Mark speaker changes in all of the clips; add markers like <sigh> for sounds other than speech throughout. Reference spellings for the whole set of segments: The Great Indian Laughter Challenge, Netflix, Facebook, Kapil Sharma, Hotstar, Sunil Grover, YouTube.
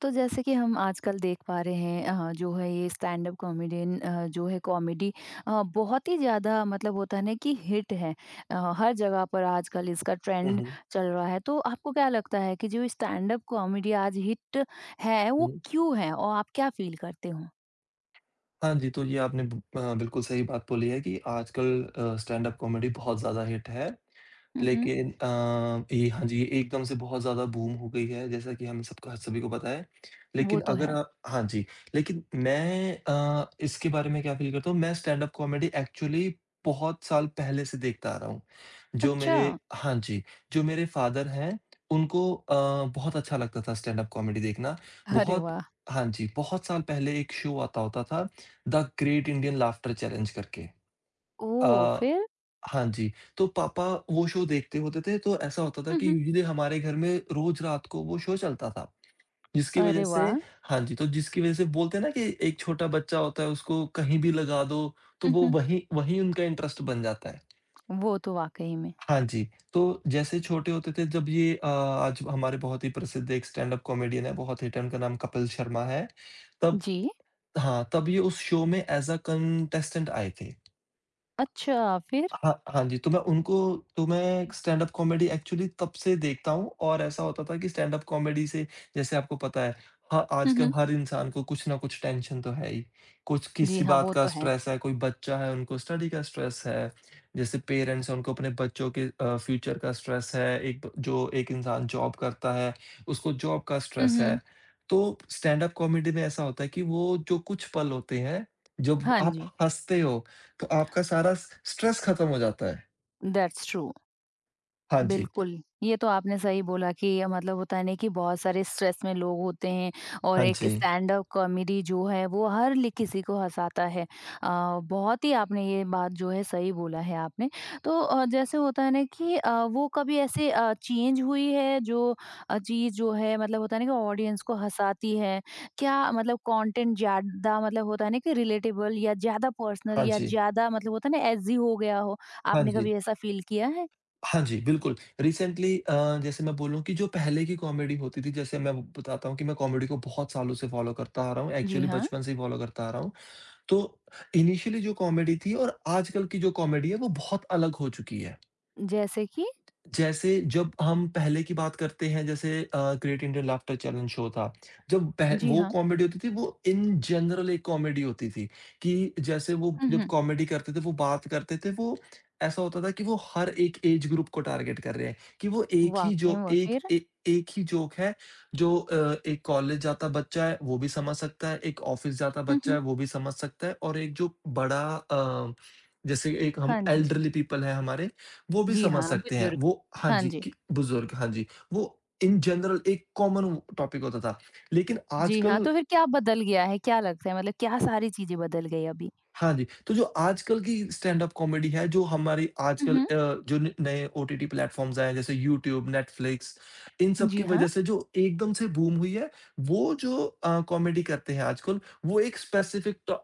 Speaker 1: तो जैसे कि हम आजकल देख पा रहे हैं जो है ये स्टैंड अप कॉमेडियन जो है कॉमेडी बहुत ही ज़्यादा मतलब होता है ना कि हिट है। हर जगह पर आजकल इसका ट्रेंड
Speaker 2: Mhm,
Speaker 1: चल रहा है। तो आपको क्या लगता है कि जो स्टैंड अप कॉमेडी आज हिट है वो
Speaker 2: mhm.
Speaker 1: क्यों है और आप क्या फील करते हो?
Speaker 2: हाँ जी, तो ये आपने बिल्कुल सही बात बोली है कि आजकल स्टैंड-अप कॉमेडी बहुत ज़्यादा हिट है।
Speaker 1: हुँ, हुँ।
Speaker 2: लेकिन ये हाँ जी, ये एकदम से बहुत ज़्यादा बूम हो गई है, जैसा कि हम सबका सभी को पता है।
Speaker 1: वो
Speaker 2: लेकिन
Speaker 1: तो
Speaker 2: अगर
Speaker 1: है।
Speaker 2: आप हाँ जी, लेकिन मैं इसके बारे में क्या फ़ील करता हूँ, मैं स्टैंड-अप कॉमेडी एक्चुअली बहुत साल पहले से देखता आ रहा हूँ। जो
Speaker 1: अच्छा।
Speaker 2: मेरे हाँ जी, जो मेरे फादर हैं, उनको बहुत अच्छा लगता था स्टैंड-अप कॉमेडी देखना।
Speaker 1: अरे
Speaker 2: बहुत
Speaker 1: वाह!
Speaker 2: हाँ जी, बहुत साल पहले एक शो आता होता था the great Indian laughter challenge करके
Speaker 1: ओह!
Speaker 2: अ,
Speaker 1: फिर?
Speaker 2: हाँ जी, तो पापा वो शो देखते होते थे, तो ऐसा होता था
Speaker 1: हुँ,
Speaker 2: कि
Speaker 1: हुँ।
Speaker 2: यूजुअली हमारे घर में रोज़ रात को वो शो चलता था, जिसकी
Speaker 1: अरे
Speaker 2: वजह से
Speaker 1: वाह!
Speaker 2: हाँ जी, तो जिसकी वजह से बोलते हैं ना कि एक छोटा बच्चा होता है, उसको कहीं भी लगा दो, तो
Speaker 1: हुँ,
Speaker 2: वो
Speaker 1: हुँ।
Speaker 2: वहीं वहीं उनका इंटरेस्ट बन जाता है।
Speaker 1: वो तो वाक़ई में।
Speaker 2: हाँ जी, तो जैसे छोटे होते थे जब आज हमारे बहुत ही प्रसिद्ध एक स्टैंड-अप कॉमेडियन है, बहुत हिट है, उनका नाम कपिल शर्मा है, तब
Speaker 1: जी।
Speaker 2: हाँ, तब ये उस शो में एज़ अ कंटेस्टेंट आए थे।
Speaker 1: अच्छा, फिर?
Speaker 2: हाँ, हाँ जी, तो मैं उनको तो मैं स्टैंड-अप कॉमेडी एक्चुअली तब से देखता हूँ और ऐसा होता था कि स्टैंड-अप कॉमेडी से जैसे आपको पता है, ह
Speaker 1: हुँ,
Speaker 2: आजकल
Speaker 1: हुँ।
Speaker 2: हर इंसान को कुछ न कुछ टेंशन तो है ही। कुछ
Speaker 1: जी
Speaker 2: किसी
Speaker 1: हाँ,
Speaker 2: बात
Speaker 1: वो
Speaker 2: का
Speaker 1: तो है।
Speaker 2: स्ट्रेस है, कोई बच्चा है उनको स्टडी का स्ट्रेस है, जैसे पेरेंट्स हैं उनको अपने बच्चों के फ्यूचर का स्ट्रेस है, एक ब जो एक इंसान जॉब करता है, उसको जॉब का
Speaker 1: हुँ,
Speaker 2: स्ट्रेस
Speaker 1: हुँ।
Speaker 2: है। तो स्टैंड-अप कॉमेडी में ऐसा होता है कि वो जो कुछ पल होते हैं, जब
Speaker 1: हाँ
Speaker 2: आप
Speaker 1: जी,
Speaker 2: हँसते हो तो आपका सारा स्ट्रेस खत्म हो जाता है।
Speaker 1: That's true.
Speaker 2: हाँ जी,
Speaker 1: बिल्कुल, ये तो आपने सही बोला कि ये मतलब होता है ना कि बहुत सारे स्ट्रेस में लोग होते हैं और
Speaker 2: हाँ
Speaker 1: एक
Speaker 2: जी,
Speaker 1: स्टैंड-अप कॉमेडी जो है वो हर लि किसी को हँसाता है। बहुत ही आपने ये बात जो है सही बोला है आपने। तो जैसे होता है ना कि वो कभी ऐसे चेंज हुई है जो चीज़ जो है मतलब होता है ना कि ऑडियंस को हँसाती है? क्या मतलब कंटेंट ज़्यादा मतलब होता है ना कि रिलेटेबल या ज़्यादा पर्सनल
Speaker 2: हाँ
Speaker 1: या
Speaker 2: जी,
Speaker 1: ज़्यादा मतलब होता है ना एजी हो गया हो?
Speaker 2: हाँ
Speaker 1: आपने
Speaker 2: जी,
Speaker 1: कभी ऐसा फ़ील किया है?
Speaker 2: हाँ जी, बिल्कुल। रिसेंटली जैसे मैं बोलूँ कि जो पहले की कॉमेडी होती थी, जैसे मैं बताता हूँ कि मैं कॉमेडी को बहुत सालों से फॉलो करता आ रहा हूँ,
Speaker 1: जी
Speaker 2: एक्चुअली
Speaker 1: हाँ।
Speaker 2: बचपन से ही फॉलो करता आ रहा हूँ। तो इनिशियली जो कॉमेडी थी और आजकल की जो कॉमेडी है, वो बहुत अलग हो चुकी है।
Speaker 1: जैसे कि?
Speaker 2: जैसे जब हम पहले की बात करते हैं जैसे great Indian laughter challenge show था। जब पह
Speaker 1: जी
Speaker 2: वो
Speaker 1: हाँ।
Speaker 2: कॉमेडी होती थी वो इन जनरल एक कॉमेडी होती थी कि जैसे वो
Speaker 1: हुँ,
Speaker 2: जब
Speaker 1: हुँ।
Speaker 2: कॉमेडी करते थे वो बात करते थे वो ऐसा होता था कि वो हर एक एज ग्रुप को टारगेट कर रहे हैं कि वो
Speaker 1: वाक़ई में फिर?
Speaker 2: एक ही जोक है जो एक कॉलेज जाता बच्चा है वो भी समझ सकता है, एक ऑफ़िस जाता
Speaker 1: हुँ,
Speaker 2: बच्चा
Speaker 1: हुँ।
Speaker 2: है वो भी समझ सकता है और एक जो बड़ा अ, जैसे एक हम
Speaker 1: हाँ जी।
Speaker 2: एल्डरली पीपल है हमारे वो भी
Speaker 1: जी
Speaker 2: समझ
Speaker 1: हाँ,
Speaker 2: सकते हैं।
Speaker 1: बुजुर्ग।
Speaker 2: वो हाँ
Speaker 1: हाँ
Speaker 2: जी,
Speaker 1: जी।
Speaker 2: कि बुज़ुर्ग हाँ जी, वो इन जनरल एक कॉमन टॉपिक होता था। लेकिन
Speaker 1: जी हाँ,
Speaker 2: आजकल
Speaker 1: तो फिर क्या बदल गया है? क्या लगता है मतलब क्या सारी चीज़ें बदल गई अभी?
Speaker 2: हाँ जी, तो जो आजकल की स्टैंड-अप कॉमेडी है, जो हमारी
Speaker 1: हुँ,
Speaker 2: आजकल
Speaker 1: हुँ।
Speaker 2: जो न नए ओटीटी प्लेटफ़ॉर्म्स आए हैं, जैसे यूट्यूब, नेटफ्लिक्स, इन सब
Speaker 1: जी
Speaker 2: की
Speaker 1: हाँ।
Speaker 2: वज़ह से जो एकदम से बूम हुई है, वो जो कॉमेडी करते हैं आजकल, वो एक स्पेसिफ़िक टॉ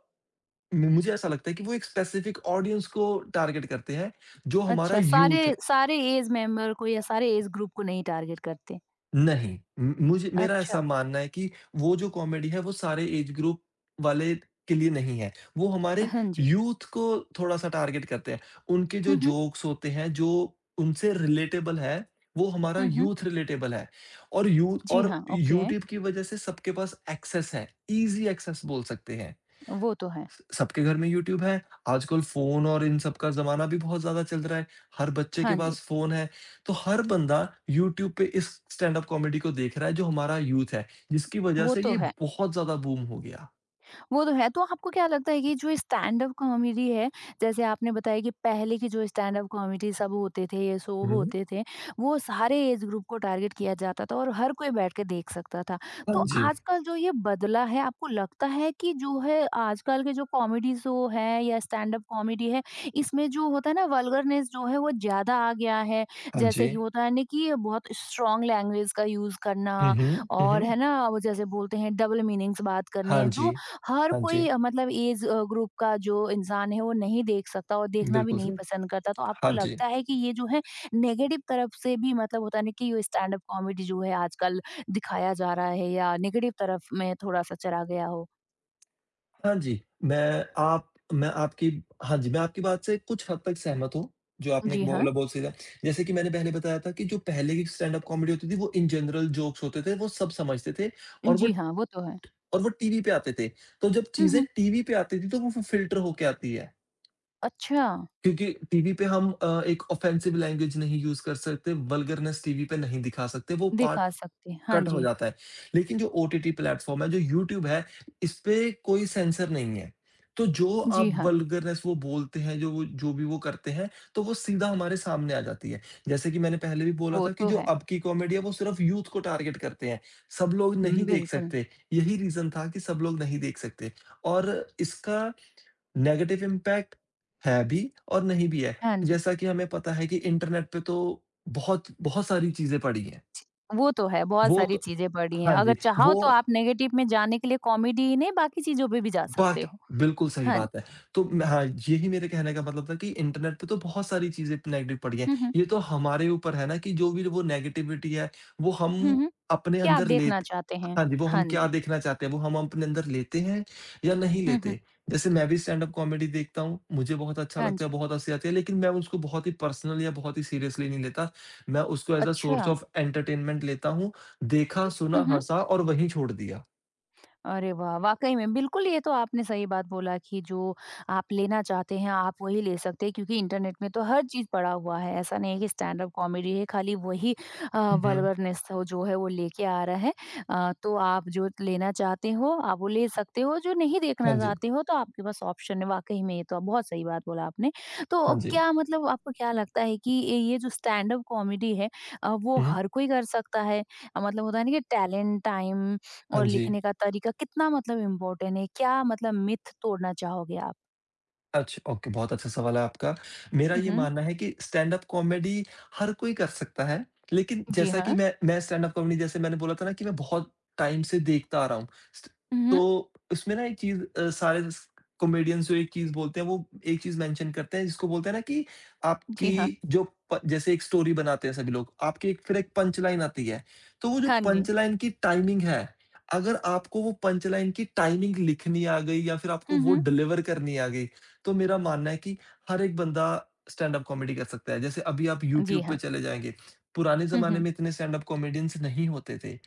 Speaker 2: मुझे ऐसा लगता है कि वो एक स्पेसिफ़िक ऑडियंस को टारगेट करते हैं, जो हमारा
Speaker 1: अच्छा,
Speaker 2: यूथ
Speaker 1: सारे सारे ऐज मेंबर को या सारे ऐज ग्रुप को नहीं टारगेट करते।
Speaker 2: नहीं, म मुझे मेरा ऐसा
Speaker 1: अच्छा।
Speaker 2: मानना है कि वो जो कॉमेडी है, वो सारे एज ग्रुप वाले के लिए नहीं है। वो हमारे
Speaker 1: हाँ जी।
Speaker 2: यूथ को थोड़ा-सा टारगेट करते हैं। उनके जो
Speaker 1: हुँ, हुँ।
Speaker 2: जोक्स होते हैं, जो उनसे रिलेटेबल है, वो हमारा
Speaker 1: हुँ, हुँ।
Speaker 2: यूथ रिलेटेबल है। और यू
Speaker 1: जी
Speaker 2: और
Speaker 1: हाँ, ओके।
Speaker 2: यूट्यूब की वजह से सबके पास एक्सेस है, ईज़ी एक्सेस बोल सकते हैं।
Speaker 1: वो तो है।
Speaker 2: स सबके घर में यूट्यूब है, आजकल फ़ोन और इन सब का ज़माना भी बहुत ज़्यादा चल रहा है, हर बच्चे के
Speaker 1: हाँ जी,
Speaker 2: पास फ़ोन है, तो हर बंदा यूट्यूब पे इस स्टैंड अप कॉमेडी को देख रहा है जो हमारा यूथ है, जिसकी वजह
Speaker 1: वो
Speaker 2: से
Speaker 1: तो
Speaker 2: ये
Speaker 1: है।
Speaker 2: बहुत ज़्यादा बूम हो गया।
Speaker 1: वो तो है, तो आपको क्या लगता है कि जो स्टैंड-अप कॉमेडी है, जैसे आपने बताया कि पहले की जो स्टैंड-अप कॉमेडी सब होते थे, ये शो
Speaker 2: हुँ,
Speaker 1: होते थे, वो सारे एज ग्रुप को टारगेट किया जाता था और हर कोई बैठ के देख सकता था।
Speaker 2: हाँ
Speaker 1: तो
Speaker 2: जी,
Speaker 1: आजकल जो ये बदला है, आपको लगता है कि जो है आजकल के जो कॉमेडी शो हैं या स्टैंड-अप कॉमेडी है, इसमें जो होता है ना वल्गरनेस जो है वो ज़्यादा आ गया है।
Speaker 2: हाँ जी।
Speaker 1: जैसे कि होता है ना कि बहुत स्ट्रॉन्ग लैंग्वेज का यूज़
Speaker 2: हुँ,
Speaker 1: करना
Speaker 2: हुँ, हुँ,
Speaker 1: और
Speaker 2: हुँ।
Speaker 1: है ना, वो जैसे बोलते हैं डबल मीनिंग्स बात
Speaker 2: हाँ
Speaker 1: करने,
Speaker 2: जी,
Speaker 1: जो हर
Speaker 2: हाँ
Speaker 1: कोई
Speaker 2: जी,
Speaker 1: मतलब ऐज अ, ग्रुप का जो इंसान है वो नहीं देख सकता और देखना भी
Speaker 2: बिल्कुल
Speaker 1: नहीं
Speaker 2: सही।
Speaker 1: पसंद करता। तो आपको
Speaker 2: हाँ जी।
Speaker 1: लगता है कि ये जो है नेगेटिव तरफ से भी मतलब होता है ना कि ये स्टैंड अप कॉमेडी जो है आजकल दिखाया जा रहा है या नेगेटिव तरफ में थोड़ा-सा चला गया हो?
Speaker 2: हाँ जी, मैं आप मैं आपकी हाँ जी, मैं आपकी बात से कुछ हद तक सहमत हूँ, जो आपने
Speaker 1: जी
Speaker 2: एक
Speaker 1: हाँ।
Speaker 2: बोला बहुत सही था। जैसे कि मैंने पहले बताया था कि जो पहले की स्टैंड-अप कॉमेडी होती थी, वो इन जनरल जोक्स होते थे, वो सब समझते थे और वो
Speaker 1: जी हाँ, वो तो है।
Speaker 2: और वो टीवी पे आते थे। तो जब
Speaker 1: हुँ,
Speaker 2: चीज़ें
Speaker 1: हुँ।
Speaker 2: टीवी पे आती थी, तो वो फ़िर फ़िल्टर होके आती है,
Speaker 1: अच्छा,
Speaker 2: क्योंकि टीवी पे हम एक ऑफ़ेंसिव लैंग्वेज नहीं यूज़ कर सकते, वल्गरनेस टीवी पे नहीं दिखा सकते, वो पार्ट
Speaker 1: दिखा सकते हैं। हाँ
Speaker 2: कट हो
Speaker 1: जी।
Speaker 2: जाता है। लेकिन जो ओटीटी प्लेटफ़ॉर्म है, जो यूट्यूब है, इसपे कोई सेंसर नहीं है। तो जो
Speaker 1: जी
Speaker 2: आप
Speaker 1: हाँ,
Speaker 2: वल्गरनेस वो बोलते हैं, जो वो जो भी वो करते हैं, तो वो सीधा हमारे सामने आ जाती है। जैसे कि मैंने पहले भी बोला
Speaker 1: वो
Speaker 2: था कि
Speaker 1: तो
Speaker 2: जो
Speaker 1: है।
Speaker 2: अब की कॉमेडी है, वो सिर्फ़ यूथ को टारगेट करते हैं। सब लोग
Speaker 1: हुँ,
Speaker 2: नहीं देख
Speaker 1: बिल्कुल।
Speaker 2: सकते, यही रीज़न था कि सब लोग नहीं देख सकते और इसका नेगेटिव इम्पैक्ट है भी और नहीं भी है।
Speaker 1: हाँ जी।
Speaker 2: जैसा कि हमें पता है कि इंटरनेट पे तो बहुत बहुत सारी चीज़ें पड़ी हैं।
Speaker 1: वो तो है, बहुत
Speaker 2: वो
Speaker 1: सारी
Speaker 2: तो
Speaker 1: चीज़ें पड़ी हैं।
Speaker 2: हाँ
Speaker 1: अगर
Speaker 2: जी,
Speaker 1: चाहो
Speaker 2: वो
Speaker 1: तो आप नेगेटिव में जाने के लिए कॉमेडी ही नहीं बाकी चीज़ों पे भी जा
Speaker 2: बाक
Speaker 1: सकते हो।
Speaker 2: बिल्कुल सही
Speaker 1: हाँ।
Speaker 2: बात है। तो म हाँ, यही मेरे कहने का मतलब था कि इंटरनेट पे तो बहुत सारी चीज़ें नेगेटिव पड़ी हैं।
Speaker 1: हुँ, हुँ।
Speaker 2: ये तो हमारे ऊपर है ना कि जो भी वो नेगेटिविटी है, वो
Speaker 1: हुँ,
Speaker 2: हम
Speaker 1: हुँ।
Speaker 2: अपने
Speaker 1: क्या
Speaker 2: अंदर
Speaker 1: देखना
Speaker 2: लेत
Speaker 1: चाहते हैं?
Speaker 2: हाँ जी, वो हम
Speaker 1: हाँ
Speaker 2: क्या
Speaker 1: जी।
Speaker 2: देखना चाहते हैं, वो हम अपने अंदर लेते हैं या नहीं
Speaker 1: हुँ, हुँ।
Speaker 2: लेते। जैसे मैं भी स्टैंड अप कॉमेडी देखता हूँ, मुझे बहुत अच्छा
Speaker 1: हाँ
Speaker 2: लगता है,
Speaker 1: जी।
Speaker 2: बहुत हँसी आती है, लेकिन मैं उसको बहुत ही पर्सनल या बहुत ही सीरियसली नहीं लेता। मैं उसको एज़ अ सोर्स
Speaker 1: अच्छा।
Speaker 2: ऑफ एंटरटेनमेंट लेता हूँ, देखा, सुना,
Speaker 1: हुँ, हुँ।
Speaker 2: हँसा और वहीं छोड़ दिया।
Speaker 1: अरे वाह! वाक़ई में बिल्कुल ये तो आपने सही बात बोला कि जो आप लेना चाहते हैं आप वही ले सकते हैं क्योंकि इंटरनेट में तो हर चीज़ पड़ा हुआ है। ऐसा नहीं है कि स्टैंड अप कॉमेडी है खाली वही
Speaker 2: 음음.
Speaker 1: वल्गरनेस हो जो है वो लेके आ रहा है। तो आप जो लेना चाहते हो आप वो ले सकते हो, जो नहीं देखना
Speaker 2: 한지,
Speaker 1: चाहते हो तो आपके पास ऑप्शन है। वाक़ई में ये तो बहुत सही बात बोला आपने। तो
Speaker 2: 한지.
Speaker 1: क्या मतलब आपको क्या लगता है कि ये जो स्टैंड अप कॉमेडी है वो
Speaker 2: 음.
Speaker 1: हर कोई कर सकता है? मतलब होता है ना कि टैलेंट, टाइम और
Speaker 2: 한지.
Speaker 1: लिखने का तरीका कितना मतलब इम्पोर्टेंट है? क्या मतलब मिथ तोड़ना चाहोगे आप?
Speaker 2: अच्छा, ओके, बहुत अच्छा सवाल है आपका। मेरा
Speaker 1: हुँ,
Speaker 2: ये
Speaker 1: हुँ।
Speaker 2: मानना है कि स्टैंड-अप कॉमेडी हर कोई कर सकता है, लेकिन
Speaker 1: जी
Speaker 2: जैसा
Speaker 1: हाँ।
Speaker 2: कि मैं स्टैंड-अप कॉमेडी जैसे मैंने बोला था ना कि मैं बहुत टाइम से देखता आ रहा हूँ। स्ट
Speaker 1: हुँ, हुँ।
Speaker 2: तो उसमें ना एक चीज़ सारे स कॉमेडियंस जो एक चीज़ बोलते हैं, वो एक चीज़ मेंशन करते हैं जिसको बोलते हैं ना कि
Speaker 1: जी हाँ।
Speaker 2: आपकी जो प जैसे एक स्टोरी बनाते हैं सभी लोग, आपकी एक फिर एक पंच लाइन आती है। तो वो जो
Speaker 1: हाँ जी।
Speaker 2: पंच लाइन की टाइमिंग है, अगर आपको वो पंच लाइन की टाइमिंग लिखनी आ गई या फिर
Speaker 1: हुँ,
Speaker 2: आपको वो
Speaker 1: हुँ।
Speaker 2: डिलीवर करनी आ गई तो मेरा मानना है कि हर एक बंदा स्टैंड-अप कॉमेडी कर सकता है। जैसे अभी आप
Speaker 1: जी
Speaker 2: यूट्यूब पे
Speaker 1: हाँ।
Speaker 2: चले जाएँगे, पुराने
Speaker 1: हुँ,
Speaker 2: ज़माने
Speaker 1: हुँ।
Speaker 2: में इतने स्टैंड-अप कॉमेडियंस नहीं होते थे।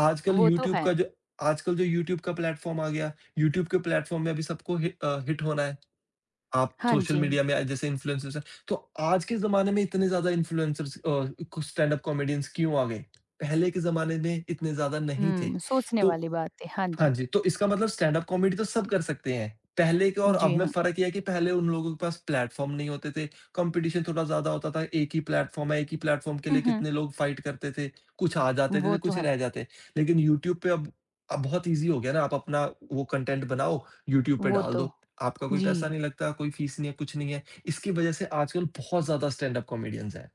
Speaker 2: आजकल
Speaker 1: वो तो
Speaker 2: यूट्यूब
Speaker 1: है।
Speaker 2: का जो आजकल जो यूट्यूब का प्लेटफ़ॉर्म आ गया, यूट्यूब के प्लेटफ़ॉर्म में अभी सबको हिट होना है। आप
Speaker 1: हाँ
Speaker 2: सोशल
Speaker 1: जी।
Speaker 2: मीडिया में जैसे इन्फ्लुएंसर्स हैं, तो आज के ज़माने में इतने ज़्यादा इन्फ्लुएंसर्स स्टैंड-अप कॉमेडियंस क्यों आ गए? पहले के ज़माने में इतने ज़्यादा नहीं थे।
Speaker 1: हुँ, सोचने
Speaker 2: तो
Speaker 1: वाली बात है। हाँ
Speaker 2: हाँ
Speaker 1: जी।
Speaker 2: जी, तो इसका मतलब स्टैंड-अप कॉमेडी तो सब कर सकते हैं। पहले के और
Speaker 1: जी
Speaker 2: अब में
Speaker 1: हाँ।
Speaker 2: फ़र्क ये है कि पहले उन लोगों के पास प्लेटफ़ॉर्म नहीं होते थे, कॉम्पिटिशन थोड़ा ज़्यादा होता था, एक ही प्लेटफ़ॉर्म है, एक ही प्लेटफ़ॉर्म के
Speaker 1: हुँ,
Speaker 2: लिए
Speaker 1: हुँ।
Speaker 2: कितने लोग फाइट करते थे, कुछ आ जाते
Speaker 1: वो
Speaker 2: थे,
Speaker 1: तो
Speaker 2: कुछ
Speaker 1: है।
Speaker 2: रह जाते। लेकिन यूट्यूब पे अब बहुत ईज़ी हो गया ना, आप अपना वो कंटेंट बनाओ, यूट्यूब पे
Speaker 1: वो
Speaker 2: डाल
Speaker 1: तो
Speaker 2: दो। आपका कोई
Speaker 1: जी।
Speaker 2: पैसा नहीं लगता, कोई फ़ीस नहीं है, कुछ नहीं है। इसकी वजह से आजकल बहुत ज़्यादा स्टैंड-अप कॉमेडियंस हैं।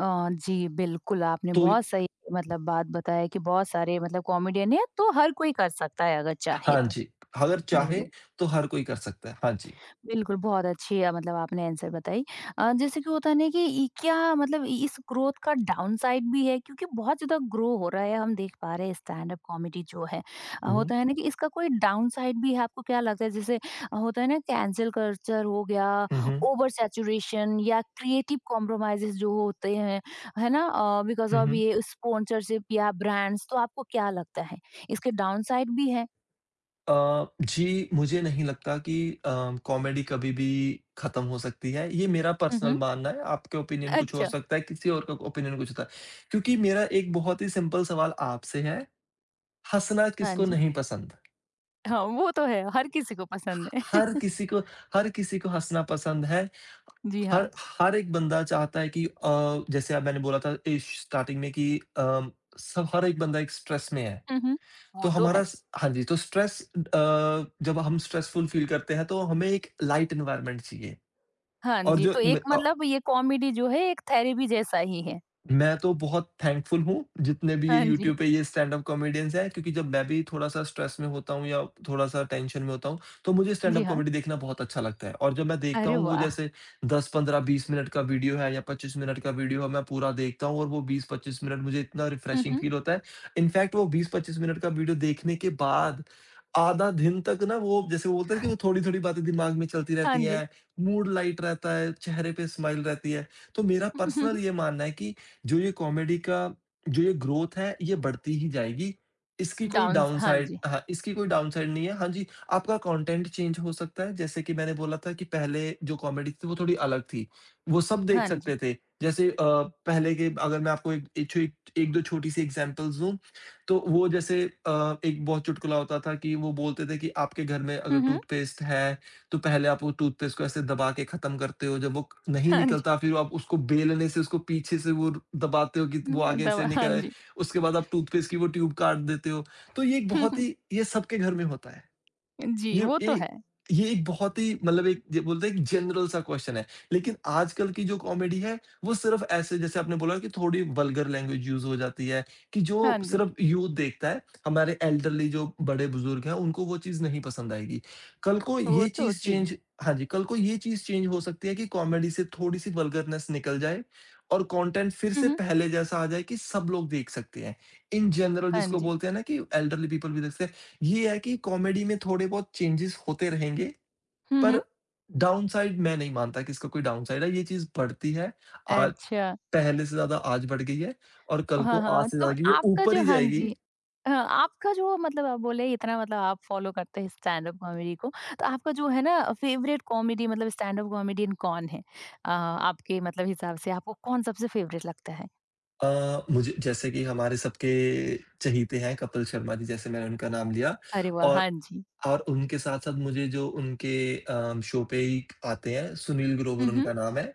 Speaker 1: अ, जी बिल्कुल, आपने
Speaker 2: तो
Speaker 1: बहुत सही मतलब बात बताया कि बहुत सारे मतलब कॉमेडियन हैं, तो हर कोई कर सकता है अगर चाहे
Speaker 2: हाँ
Speaker 1: तो।
Speaker 2: जी, अगर चाहे
Speaker 1: बिल्कुल।
Speaker 2: तो हर कोई कर सकता है। हाँ जी।
Speaker 1: बिल्कुल, बहुत अच्छी मतलब आपने आंसर बताई। जैसे कि होता है ना कि इ क्या मतलब इ इस ग्रोथ का डाउनसाइड भी है क्योंकि बहुत ज़्यादा ग्रो हो रहा है, हम देख पा रहे हैं स्टैंड अप कॉमेडी जो है।
Speaker 2: हुँ, हुँ।
Speaker 1: होता है ना कि इसका कोई डाउनसाइड भी है, आपको क्या लगता है? जैसे होता है ना कैंसल कल्चर हो गया,
Speaker 2: हुँ, हुँ।
Speaker 1: ओवर सैचुरेशन या क्रिएटिव कॉम्प्रोमाइज़ेज़ जो होते हैं, है ना? बिकॉज़
Speaker 2: हुँ,
Speaker 1: ऑफ
Speaker 2: हुँ।
Speaker 1: ये स्पॉन्सरशिप या ब्रांड्स तो आपको क्या लगता है? इसके डाउनसाइड भी है?
Speaker 2: जी, मुझे नहीं लगता कि अ, कॉमेडी कभी भी खत्म हो सकती है। ये मेरा
Speaker 1: हुँ,
Speaker 2: पर्सनल
Speaker 1: हुँ।
Speaker 2: मानना है, आपके ओपिनियन कुछ और
Speaker 1: अच्छा।
Speaker 2: सकता है, किसी और का ओपिनियन कुछ होता है। क्योंकि मेरा एक बहुत ही सिंपल सवाल आपसे है, हँसना
Speaker 1: हाँ
Speaker 2: किसको
Speaker 1: जी।
Speaker 2: नहीं पसंद?
Speaker 1: हाँ, वो तो है, हर किसी को पसंद है।
Speaker 2: हर
Speaker 1: <laughs>
Speaker 2: किसी को हर किसी को हँसना पसंद है।
Speaker 1: जी हाँ।
Speaker 2: हर हर एक बंदा चाहता है कि जैसे अब मैंने बोला था ए, स्टार्टिंग में कि अ, सब हर एक बंदा एक स्ट्रेस में है।
Speaker 1: हुँ, हुँ। वो
Speaker 2: तो
Speaker 1: तो है।
Speaker 2: हमारा स हाँ जी, तो स्ट्रेस जब हम स्ट्रेसफुल फ़ील करते हैं, तो हमें एक लाइट एनवायरनमेंट चाहिए
Speaker 1: हाँ
Speaker 2: और
Speaker 1: जी,
Speaker 2: जो
Speaker 1: तो
Speaker 2: न
Speaker 1: एक
Speaker 2: अ,
Speaker 1: मतलब ये कॉमेडी जो है एक थेरेपी जैसा ही है।
Speaker 2: मैं तो बहुत थैंकफुल हूँ, जितने भी ये
Speaker 1: हाँ जी।
Speaker 2: यूट्यूब पे ये स्टैंड अप कॉमेडियंस हैं क्योंकि जब मैं भी थोड़ा-सा स्ट्रेस में होता हूँ या थोड़ा-सा टेंशन में होता हूँ, तो मुझे स्टैंड
Speaker 1: जी
Speaker 2: अप
Speaker 1: हाँ।
Speaker 2: कॉमेडी देखना बहुत अच्छा लगता है और जब मैं देखता
Speaker 1: अरे
Speaker 2: हूँ वो
Speaker 1: वाह!
Speaker 2: जैसे 10, 15, 20 मिनट का वीडियो है या 25 मिनट का वीडियो है, मैं पूरा देखता हूँ और वो 20-25 मिनट मुझे इतना
Speaker 1: हुँ,
Speaker 2: रिफ्रेशिंग
Speaker 1: हुँ।
Speaker 2: फील होता है। इनफैक्ट वो 20-25 मिनट का वीडियो देखने के बाद आधा दिन तक ना वो जैसे वो बोलते हैं कि वो थोड़ी-थोड़ी बातें दिमाग में चलती
Speaker 1: हाँ
Speaker 2: रहती
Speaker 1: जी।
Speaker 2: हैं, मूड लाइट रहता है, चेहरे पे स्माइल रहती है। तो मेरा
Speaker 1: <laughs> हुँ, हुँ,
Speaker 2: पर्सनल
Speaker 1: हुँ।
Speaker 2: ये मानना है कि जो ये कॉमेडी का जो ये ग्रोथ है, ये बढ़ती ही जाएगी।
Speaker 1: डांस हाँ जी,
Speaker 2: इसकी कोई डाउनसाइड नहीं है। हाँ जी, आपका कंटेंट चेंज हो सकता है, जैसे कि मैंने बोला था कि पहले जो कॉमेडी थी, वो थोड़ी अलग थी। वो सब देख
Speaker 1: हाँ जी।
Speaker 2: सकते थे। जैसे पहले के अगर मैं आपको एक एक छो 1-2 छोटी-सी एग्ज़ाम्पल्स दूँ, तो वो जैसे एक बहुत चुटकुला होता था कि वो बोलते थे कि आपके घर में
Speaker 1: हुँ,
Speaker 2: अगर
Speaker 1: हुँ।
Speaker 2: टूथपेस्ट है तो पहले आप वो टूथपेस्ट को ऐसे दबा के ख़त्म करते हो, जब वो नहीं
Speaker 1: हाँ जी।
Speaker 2: निकलता फिर आप उसको बेलने से उसको पीछे से वो दबाते हो कि वो
Speaker 1: उम,
Speaker 2: आगे से
Speaker 1: दवा हाँ
Speaker 2: निकल आए,
Speaker 1: जी।
Speaker 2: उसके बाद आप टूथपेस्ट की वो ट्यूब काट देते हो। तो ये एक
Speaker 1: <laughs> हुँ,
Speaker 2: बहुत
Speaker 1: हुँ।
Speaker 2: ही ये सबके घर में होता है।
Speaker 1: जी,
Speaker 2: ये
Speaker 1: वो तो है।
Speaker 2: ए ये एक बहुत ही मतलब एक ज बोलते हैं कि जनरल सा क्वेश्चन है। लेकिन आजकल की जो कॉमेडी है, वो सिर्फ़ ऐसे जैसे आपने बोला कि थोड़ी वल्गर लैंग्वेज यूज़ हो जाती है, कि
Speaker 1: हाँ
Speaker 2: जो
Speaker 1: जी,
Speaker 2: सिर्फ़ यूथ देखता है, हमारे एल्डरली जो बड़े-बुज़ुर्ग हैं, उनको वो चीज़ नहीं पसंद आएगी। कल को
Speaker 1: वो
Speaker 2: ये
Speaker 1: तो
Speaker 2: चीज़
Speaker 1: जी।
Speaker 2: चेंज हाँ जी, कल को ये चीज़ चेंज हो सकती है कि कॉमेडी से थोड़ी-सी वल्गरनेस निकल जाए और कंटेंट फिर
Speaker 1: हुँ,
Speaker 2: से
Speaker 1: हुँ।
Speaker 2: पहले जैसा आ जाए कि सब लोग देख सकते हैं। इन जनरल
Speaker 1: हाँ
Speaker 2: जिसको
Speaker 1: जी।
Speaker 2: बोलते हैं ना कि एल्डरली पीपल भी देखते हैं। ये है कि कॉमेडी में थोड़े बहुत चेंजेस होते रहेंगे,
Speaker 1: हुँ, हुँ।
Speaker 2: पर डाउनसाइड मैं नहीं मानता कि इसका कोई डाउनसाइड है, ये चीज़ बढ़ती है। आज
Speaker 1: अच्छा।
Speaker 2: पहले से ज़्यादा आज बढ़ गई है और कल को
Speaker 1: हाँ,
Speaker 2: आज
Speaker 1: हाँ,
Speaker 2: से
Speaker 1: तो
Speaker 2: ज़्यादा ये
Speaker 1: आपका
Speaker 2: ऊपर
Speaker 1: जो
Speaker 2: ही
Speaker 1: हाँ
Speaker 2: जाएगी।
Speaker 1: जी। हाँ, आपका जो मतलब आप बोले इतना मतलब आप फ़ॉलो करते हैं स्टैंड-अप कॉमेडी को, तो आपका जो है ना फ़ेवरेट कॉमेडी मतलब स्टैंड-अप कॉमेडियन कौन है? आपके मतलब हिसाब से आपको कौन सबसे फ़ेवरेट लगता है?
Speaker 2: अ, मुझे जैसे कि हमारे सबके चहीते हैं कपिल शर्मा जी, जैसे मैंने उनका नाम लिया
Speaker 1: अरे वाह! हाँ
Speaker 2: और
Speaker 1: जी।
Speaker 2: उनके साथ-साथ मुझे जो उनके शो पे ही आते हैं, सुनील ग्रोवर
Speaker 1: हुँ, हुँ।
Speaker 2: उनका नाम है।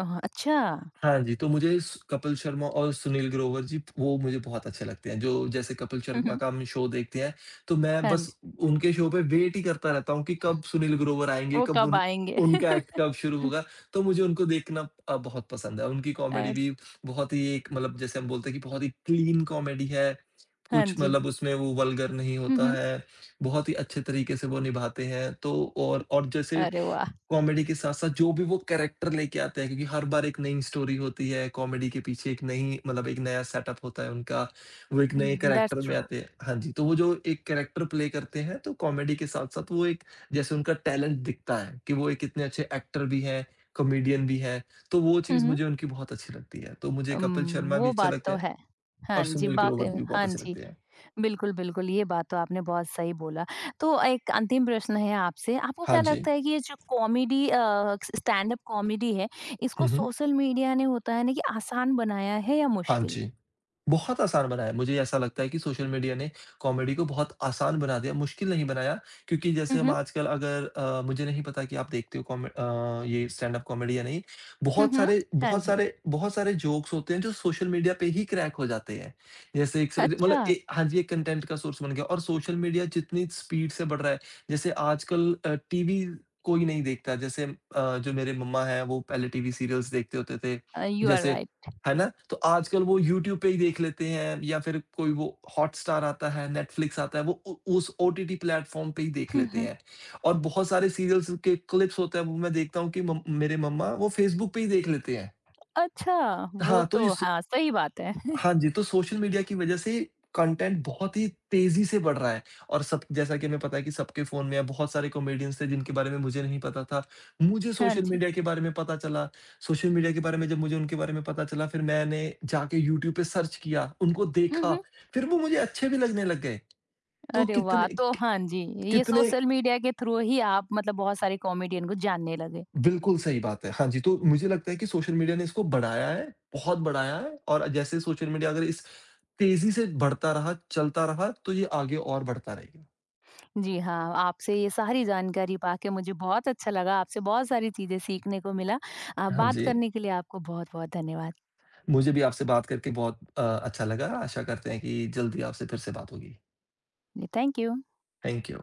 Speaker 1: ओह! अच्छा।
Speaker 2: हाँ जी, तो मुझे स कपिल शर्मा और सुनील ग्रोवर जी वो मुझे बहुत अच्छे लगते हैं। जो जैसे कपिल
Speaker 1: हुँ,
Speaker 2: शर्मा
Speaker 1: हुँ।
Speaker 2: का हम शो देखते हैं, तो मैं
Speaker 1: हाँ जी,
Speaker 2: बस उनके शो पे वेट ही करता रहता हूँ कि कब सुनील ग्रोवर आएँगे,
Speaker 1: वो
Speaker 2: कब
Speaker 1: कब
Speaker 2: उन
Speaker 1: आएँगे?
Speaker 2: उनका एक्ट
Speaker 1: <laughs>
Speaker 2: कब शुरू होगा। तो मुझे उनको देखना बहुत पसंद है। उनकी
Speaker 1: अ,
Speaker 2: कॉमेडी भी बहुत ही एक मतलब जैसे हम बोलते हैं कि बहुत ही क्लीन कॉमेडी है।
Speaker 1: हाँ
Speaker 2: कुछ
Speaker 1: जी।
Speaker 2: मतलब उसमें वो वल्गर नहीं
Speaker 1: हुँ,
Speaker 2: होता
Speaker 1: हुँ।
Speaker 2: है। बहुत ही अच्छे तरीके से वो निभाते हैं। तो और जैसे
Speaker 1: अरे वाह!
Speaker 2: कॉमेडी के साथ-साथ जो भी वो कैरेक्टर लेके आते हैं क्योंकि हर बार एक नई स्टोरी होती है, कॉमेडी के पीछे एक नई मतलब एक नया सेटअप होता है उनका, वो एक नए
Speaker 1: हुँ, दैट्स
Speaker 2: कैरेक्टर में
Speaker 1: ट्रू।
Speaker 2: आते हैं हाँ जी, तो वो जो एक कैरेक्टर प्ले करते हैं तो कॉमेडी के साथ-साथ वो एक जैसे उनका टैलेंट दिखता है कि वो एक इतने अच्छे एक्टर भी हैं, कॉमेडियन भी हैं, तो वो
Speaker 1: हुँ,
Speaker 2: चीज़
Speaker 1: हुँ।
Speaker 2: मुझे उनकी बहुत अच्छी लगती है। तो मुझे कपिल शर्मा भी
Speaker 1: वो
Speaker 2: अच्छे
Speaker 1: बात
Speaker 2: लगते
Speaker 1: तो
Speaker 2: हैं
Speaker 1: है। हाँ
Speaker 2: और
Speaker 1: जी,
Speaker 2: सुनील ग्रोवर
Speaker 1: वाक़ई
Speaker 2: जी
Speaker 1: में।
Speaker 2: भी बहुत
Speaker 1: हाँ
Speaker 2: अच्छे
Speaker 1: जी।
Speaker 2: लगते हैं।
Speaker 1: बिल्कुल, बिल्कुल, ये बात तो आपने बहुत सही बोला। तो एक अंतिम प्रश्न है आपसे, आपको
Speaker 2: हाँ
Speaker 1: क्या
Speaker 2: जी।
Speaker 1: लगता है कि ये जो कॉमेडी स्टैंड अप कॉमेडी है, इसको
Speaker 2: हुँ, हुँ।
Speaker 1: सोशल मीडिया ने होता है ना कि आसान बनाया है या
Speaker 2: हाँ
Speaker 1: मुश्किल?
Speaker 2: जी। बहुत आसान बनाया है। मुझे ऐसा लगता है कि सोशल मीडिया ने कॉमेडी को बहुत आसान बना दिया, मुश्किल नहीं बनाया क्योंकि
Speaker 1: हुँ,
Speaker 2: जैसे हम
Speaker 1: हुँ।
Speaker 2: आजकल अगर मुझे नहीं पता कि आप देखते हो ये स्टैंड-अप कॉमेडी या नहीं।
Speaker 1: हुँ,
Speaker 2: बहुत
Speaker 1: हुँ।
Speaker 2: सारे
Speaker 1: हाँ
Speaker 2: बहुत
Speaker 1: जी।
Speaker 2: सारे बहुत सारे जोक्स होते हैं जो सोशल मीडिया पे ही क्रैक हो जाते हैं। जैसे एक स
Speaker 1: अच्छा
Speaker 2: मतलब ए हाँ जी, एक कंटेंट का सोर्स बन गया और सोशल मीडिया जितनी स्पीड से बढ़ रहा है, जैसे आजकल टीवी कोई नहीं देखता। जैसे जो मेरे मम्मा हैं वो पहले टीवी सीरियल्स देखते होते थे।
Speaker 1: यू आर
Speaker 2: जैसे
Speaker 1: राइट।
Speaker 2: है ना? तो आजकल वो यूट्यूब पे ही देख लेते हैं या फिर कोई वो हॉटस्टार आता है, नेटफ्लिक्स आता है, वो उ उस ओटीटी प्लेटफ़ॉर्म पे ही देख
Speaker 1: हुँ,
Speaker 2: लेते
Speaker 1: हुँ।
Speaker 2: हैं। और बहुत सारे सीरियल्स के क्लिप्स होते हैं, वो मैं देखता हूँ कि मम मेरे मम्मा वो फ़ेसबुक पे ही देख लेते हैं।
Speaker 1: अच्छा, वो
Speaker 2: हाँ, तो
Speaker 1: तो
Speaker 2: इस
Speaker 1: हाँ, सही बात है। <laughs>
Speaker 2: हाँ जी, तो सोशल मीडिया की वज़ह से कंटेंट बहुत ही तेज़ी से बढ़ रहा है और सब जैसा कि हमें पता है कि सबके फ़ोन में अब बहुत सारे कॉमेडियंस थे जिनके बारे में मुझे नहीं पता था। मुझे
Speaker 1: हाँ
Speaker 2: सोशल
Speaker 1: जी।
Speaker 2: मीडिया के बारे में पता चला, सोशल मीडिया के बारे में जब मुझे उनके बारे में पता चला फिर मैंने जाके यूट्यूब पे सर्च किया, उनको
Speaker 1: हुँ,
Speaker 2: देखा,
Speaker 1: हुँ।
Speaker 2: फिर वो मुझे अच्छे भी लगने लग गए। तो
Speaker 1: अरे
Speaker 2: कितने
Speaker 1: वाह! तो
Speaker 2: कि
Speaker 1: हाँ जी, ये
Speaker 2: कितने
Speaker 1: सोशल मीडिया के थ्रू ही आप मतलब बहुत सारे कॉमेडियन को जानने लगे।
Speaker 2: बिल्कुल सही बात है। हाँ जी, तो मुझे लगता है कि सोशल मीडिया ने इसको बढ़ाया है, बहुत बढ़ाया है और जैसे सोशल मीडिया अगर इस तेज़ी से बढ़ता रहा, चलता रहा, तो ये आगे और बढ़ता रहेगा।
Speaker 1: जी हाँ, आपसे ये सारी जानकारी पाके मुझे बहुत अच्छा लगा, आपसे बहुत सारी चीज़ें सीखने को मिला।
Speaker 2: हाँ
Speaker 1: बात
Speaker 2: जी,
Speaker 1: करने के लिए आपको बहुत-बहुत धन्यवाद।
Speaker 2: मुझे भी आपसे बात करके बहुत अच्छा लगा। आशा करते हैं कि जल्दी आपसे फिर से बात होगी।
Speaker 1: जी, थैंक यू।
Speaker 2: Thank you.